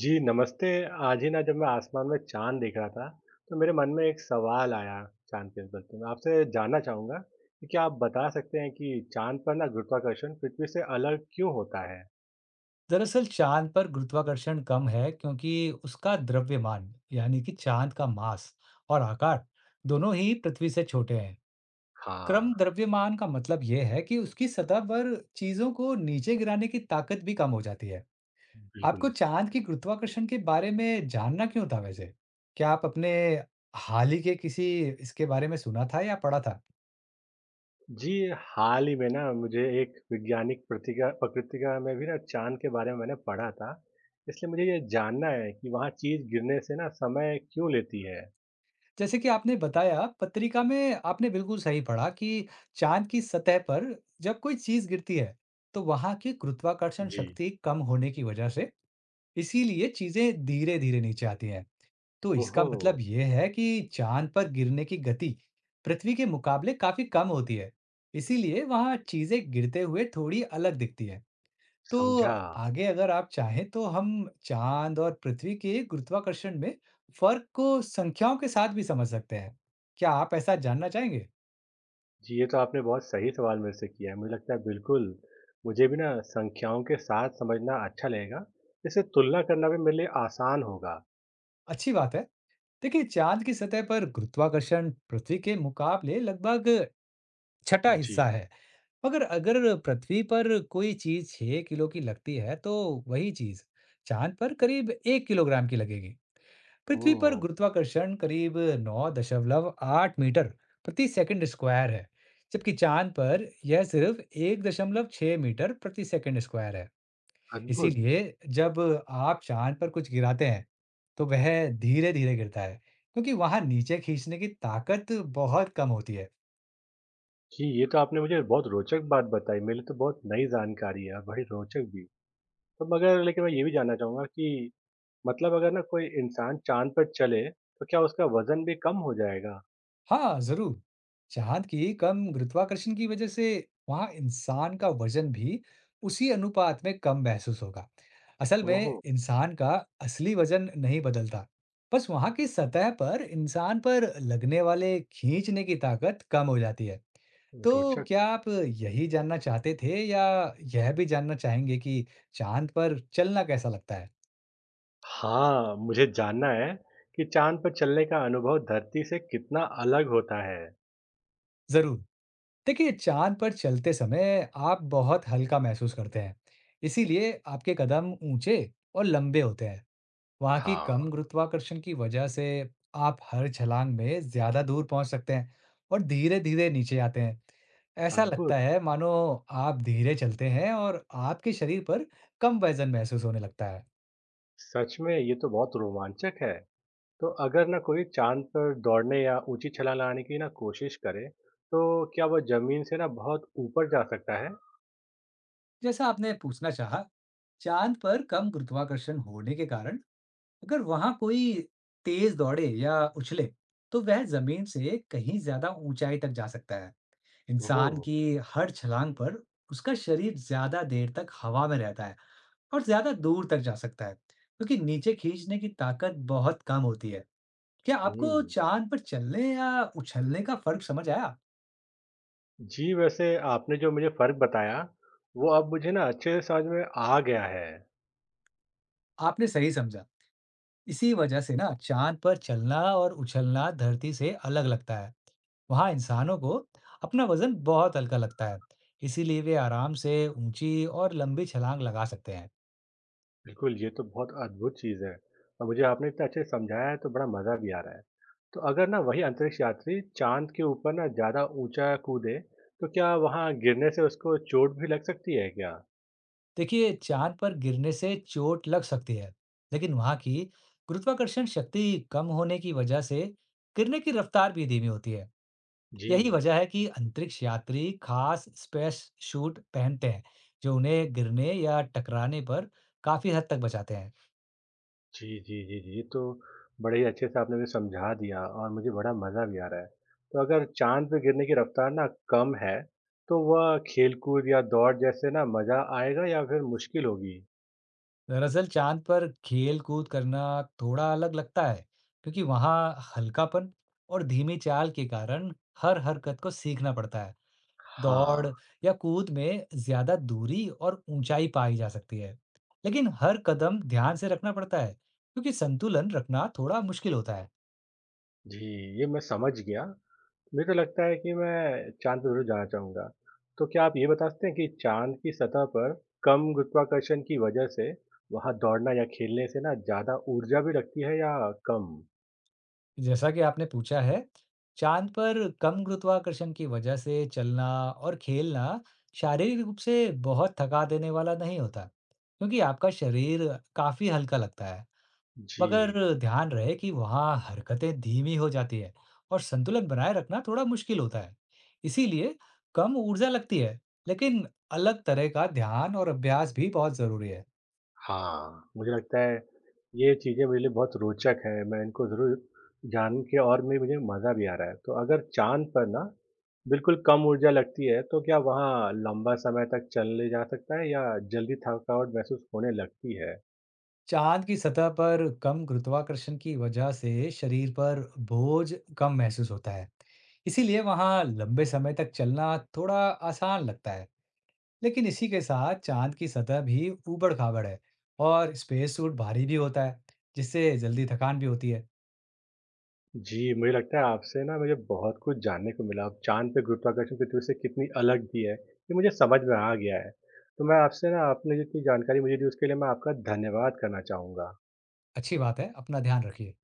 जी, नमस्ते। आज ही ना जब मैं आसमान में चाँद देख रहा था, तो मेरे मन में एक सवाल आया चाँद के बदले में। आपसे जानना चाहूँगा कि क्या आप बता सकते हैं कि चाँद पर ना गुरुत्वाकर्षण पृथ्वी से अलग क्यों होता है? दरअसल चांद पर गुरुत्वाकर्षण कम है क्योंकि उसका द्रव्यमान यानी कि चांद का मास और आकार दोनों ही पृथ्वी से छोटे हैं। हाँ, क्रम द्रव्यमान का मतलब यह है कि उसकी सतह पर चीजों को नीचे गिराने की ताकत भी कम हो जाती है। बिल्कुल। आपको चांद की गुरुत्वाकर्षण के बारे में जानना क्यों था वैसे? क्या आप अपने हाल ही के किसी इसके बारे में सुना था या पढ़ा था? जी, हाल ही में ना मुझे एक वैज्ञानिक प्रतिका पत्रिका में भी ना चाँद के बारे में मैंने पढ़ा था। इसलिए मुझे ये जानना है कि वहाँ चीज़ गिरने से ना समय क्यों लेती है? जैसे कि आपने बताया, पत्रिका में आपने बिल्कुल सही पढ़ा कि चाँद की सतह पर जब कोई चीज़ गिरती है, तो वहाँ की गुरुत्वाकर्षण जी। शक्ति कम होने की वजह से इसीलिए चीज़ें धीरे-धीरे नीचे आती हैं। तो इसका ओहो! मतलब ये है कि चाँद पर गिरने की गति पृथ्वी के मुकाबले काफ़ी कम होती है, इसीलिए वहाँ चीज़ें गिरते हुए थोड़ी अलग दिखती हैं। तो समझा। आगे अगर आप चाहें तो हम चाँद और पृथ्वी के गुरुत्वाकर्षण में फ़र्क को संख्याओं के साथ भी समझ सकते हैं। क्या आप ऐसा जानना चाहेंगे? जी, ये तो आपने बहुत सही सवाल मेरे से किया है। मुझे लगता है बिल्कुल, मुझे भी ना संख्याओं के साथ समझना अच्छा लगेगा। इससे तुलना करना भी मेरे लिए आसान होगा। अच्छी बात है। देखिए, चाँद की सतह पर गुरुत्वाकर्षण पृथ्वी के मुकाबले लगभग छठा जी। हिस्सा है। मगर अगर पृथ्वी पर कोई चीज 6 किलो की लगती है, तो वही चीज चांद पर करीब 1 किलोग्राम की लगेगी। पृथ्वी पर ओह! गुरुत्वाकर्षण करीब 9.8 मीटर प्रति सेकंड स्क्वायर है, जबकि चांद पर यह सिर्फ 1.6 मीटर प्रति सेकंड स्क्वायर है। अद्भुत। इसीलिए जब आप चांद पर कुछ गिराते हैं, तो वह धीरे-धीरे गिरता है, क्योंकि वहां नीचे खींचने की ताकत बहुत कम होती है। जी, ये तो आपने मुझे बहुत रोचक बात बताई। मेरे लिए तो बहुत नई जानकारी है और बड़ी रोचक भी। तो मगर लेकिन मैं ये भी जानना चाहूँगा कि मतलब अगर ना कोई इंसान चाँद पर चले, तो क्या उसका वज़न भी कम हो जाएगा? हाँ, ज़रूर। चाँद की कम गुरुत्वाकर्षण की वज़ह से वहाँ इंसान का वज़न भी उसी अनुपात में कम महसूस होगा। असल में ओह! इंसान का असली वज़न नहीं बदलता, बस वहाँ की सतह पर इंसान पर लगने वाले खींचने की ताकत कम हो जाती है। तो रोचक। क्या आप यही जानना चाहते थे या यह भी जानना चाहेंगे कि चाँद पर चलना कैसा लगता है? हाँ, मुझे जानना है कि चाँद पर चलने का अनुभव धरती से कितना अलग होता है। ज़रूर। देखिए, चाँद पर चलते समय आप बहुत हल्का महसूस करते हैं, इसीलिए आपके कदम ऊँचे और लंबे होते हैं। वहाँ की हाँ। कम गुरुत्वाकर्षण की वजह से आप हर छलांग में ज़्यादा दूर पहुँच सकते हैं और धीरे-धीरे नीचे आते हैं। ऐसा लगता अद्भुत! है मानो आप धीरे चलते हैं और आपके शरीर पर कम वज़न महसूस होने लगता है। सच में ये तो बहुत रोमांचक है। तो अगर ना कोई चाँद पर दौड़ने या ऊँची छलांग लगाने की ना कोशिश करे, तो क्या वह जमीन से ना बहुत ऊपर जा सकता है? जैसा आपने पूछना चाहा, चाँद पर कम गुरुत्वाकर्षण होने के कारण अगर वहां कोई तेज दौड़े या उछले, तो वह जमीन से कहीं ज्यादा ऊंचाई तक जा सकता है। इंसान ओह! की हर छलांग पर उसका शरीर ज्यादा देर तक हवा में रहता है और ज्यादा दूर तक जा सकता है, क्योंकि नीचे खींचने की ताकत बहुत कम होती है। क्या आपको हम्म, चांद पर चलने या उछलने का फर्क समझ आया? जी वैसे आपने जो मुझे फ़र्क बताया, वो अब मुझे ना अच्छे से समझ में आ गया है। आपने सही समझा। इसी वजह से ना चांद पर चलना और उछलना धरती से अलग लगता है। वहां इंसानों को अपना वजन बहुत हल्का लगता है, इसीलिए वे आराम से ऊंची और लंबी छलांग लगा सकते हैं। बिल्कुल, ये तो बहुत अद्भुत चीज़ है और मुझे आपने इतना अच्छे से समझाया है तो बड़ा मज़ा भी आ रहा है। तो अगर ना वही अंतरिक्ष यात्री चाँद के ऊपर ना ज़्यादा ऊँचा कूदे, तो क्या वहाँ गिरने से उसको चोट भी लग सकती है क्या? देखिए, चांद पर गिरने से चोट लग सकती है, लेकिन वहां की गुरुत्वाकर्षण शक्ति कम होने की वजह से गिरने की रफ्तार भी धीमी होती है। जी। यही वजह है कि अंतरिक्ष यात्री खास स्पेस शूट पहनते हैं, जो उन्हें गिरने या टकराने पर काफी हद तक बचाते हैं। जी, जी, जी, जी, ये तो बड़े ही अच्छे से आपने मुझे समझा दिया और मुझे बड़ा मज़ा भी आ रहा है। तो अगर चाँद पे गिरने की रफ़्तार ना कम है, तो वह खेल-कूद या दौड़ जैसे ना मज़ा आएगा या फिर मुश्किल होगी? दरअसल चांद पर खेल कूद करना थोड़ा अलग लगता है, क्योंकि वहां हल्कापन और धीमी चाल के कारण हर हरकत को सीखना पड़ता है। दौड़ हाँ। या कूद में ज्यादा दूरी और ऊंचाई पाई जा सकती है, लेकिन हर कदम ध्यान से रखना पड़ता है, क्योंकि संतुलन रखना थोड़ा मुश्किल होता है। जी, ये मैं समझ गया। मुझे तो लगता है कि मैं चाँद पे ज़रूर जाना चाहूँगा। तो क्या आप ये बता सकते हैं कि चाँद की सतह पर कम गुरुत्वाकर्षण की वजह से वहाँ दौड़ना या खेलने से ना ज़्यादा ऊर्जा भी लगती है या कम? जैसा कि आपने पूछा है, चाँद पर कम गुरुत्वाकर्षण की वजह से चलना और खेलना शारीरिक रूप से बहुत थका देने वाला नहीं होता, क्योंकि आपका शरीर काफ़ी हल्का लगता है। जी, मगर ध्यान रहे कि वहाँ हरकतें धीमी हो जाती है और संतुलन बनाए रखना थोड़ा मुश्किल होता है। इसीलिए कम ऊर्जा लगती है, लेकिन अलग तरह का ध्यान और अभ्यास भी बहुत ज़रूरी है। हाँ, मुझे लगता है ये चीज़ें मेरे लिए बहुत रोचक हैं। मैं इनको ज़रूर जान के और में मुझे मज़ा भी आ रहा है। तो अगर चाँद पर ना बिल्कुल कम ऊर्जा लगती है तो क्या वहाँ लंबा समय तक चले जा सकता है या जल्दी थकावट महसूस होने लगती है? चाँद की सतह पर कम गुरुत्वाकर्षण की वजह से शरीर पर बोझ कम महसूस होता है। इसीलिए वहाँ लंबे समय तक चलना थोड़ा आसान लगता है। लेकिन इसी के साथ चाँद की सतह भी ऊबड़-खाबड़ है और स्पेस सूट भारी भी होता है, जिससे जल्दी थकान भी होती है। जी, मुझे लगता है आपसे ना मुझे बहुत कुछ जानने को मिला। अब चाँद पे गुरुत्वाकर्षण पृथ्वी से कितनी अलग भी है, ये मुझे समझ में आ गया है। तो मैं आपसे ना आपने जितनी जानकारी मुझे दी उसके लिए मैं आपका धन्यवाद करना चाहूँगा। अच्छी बात है, अपना ध्यान रखिए।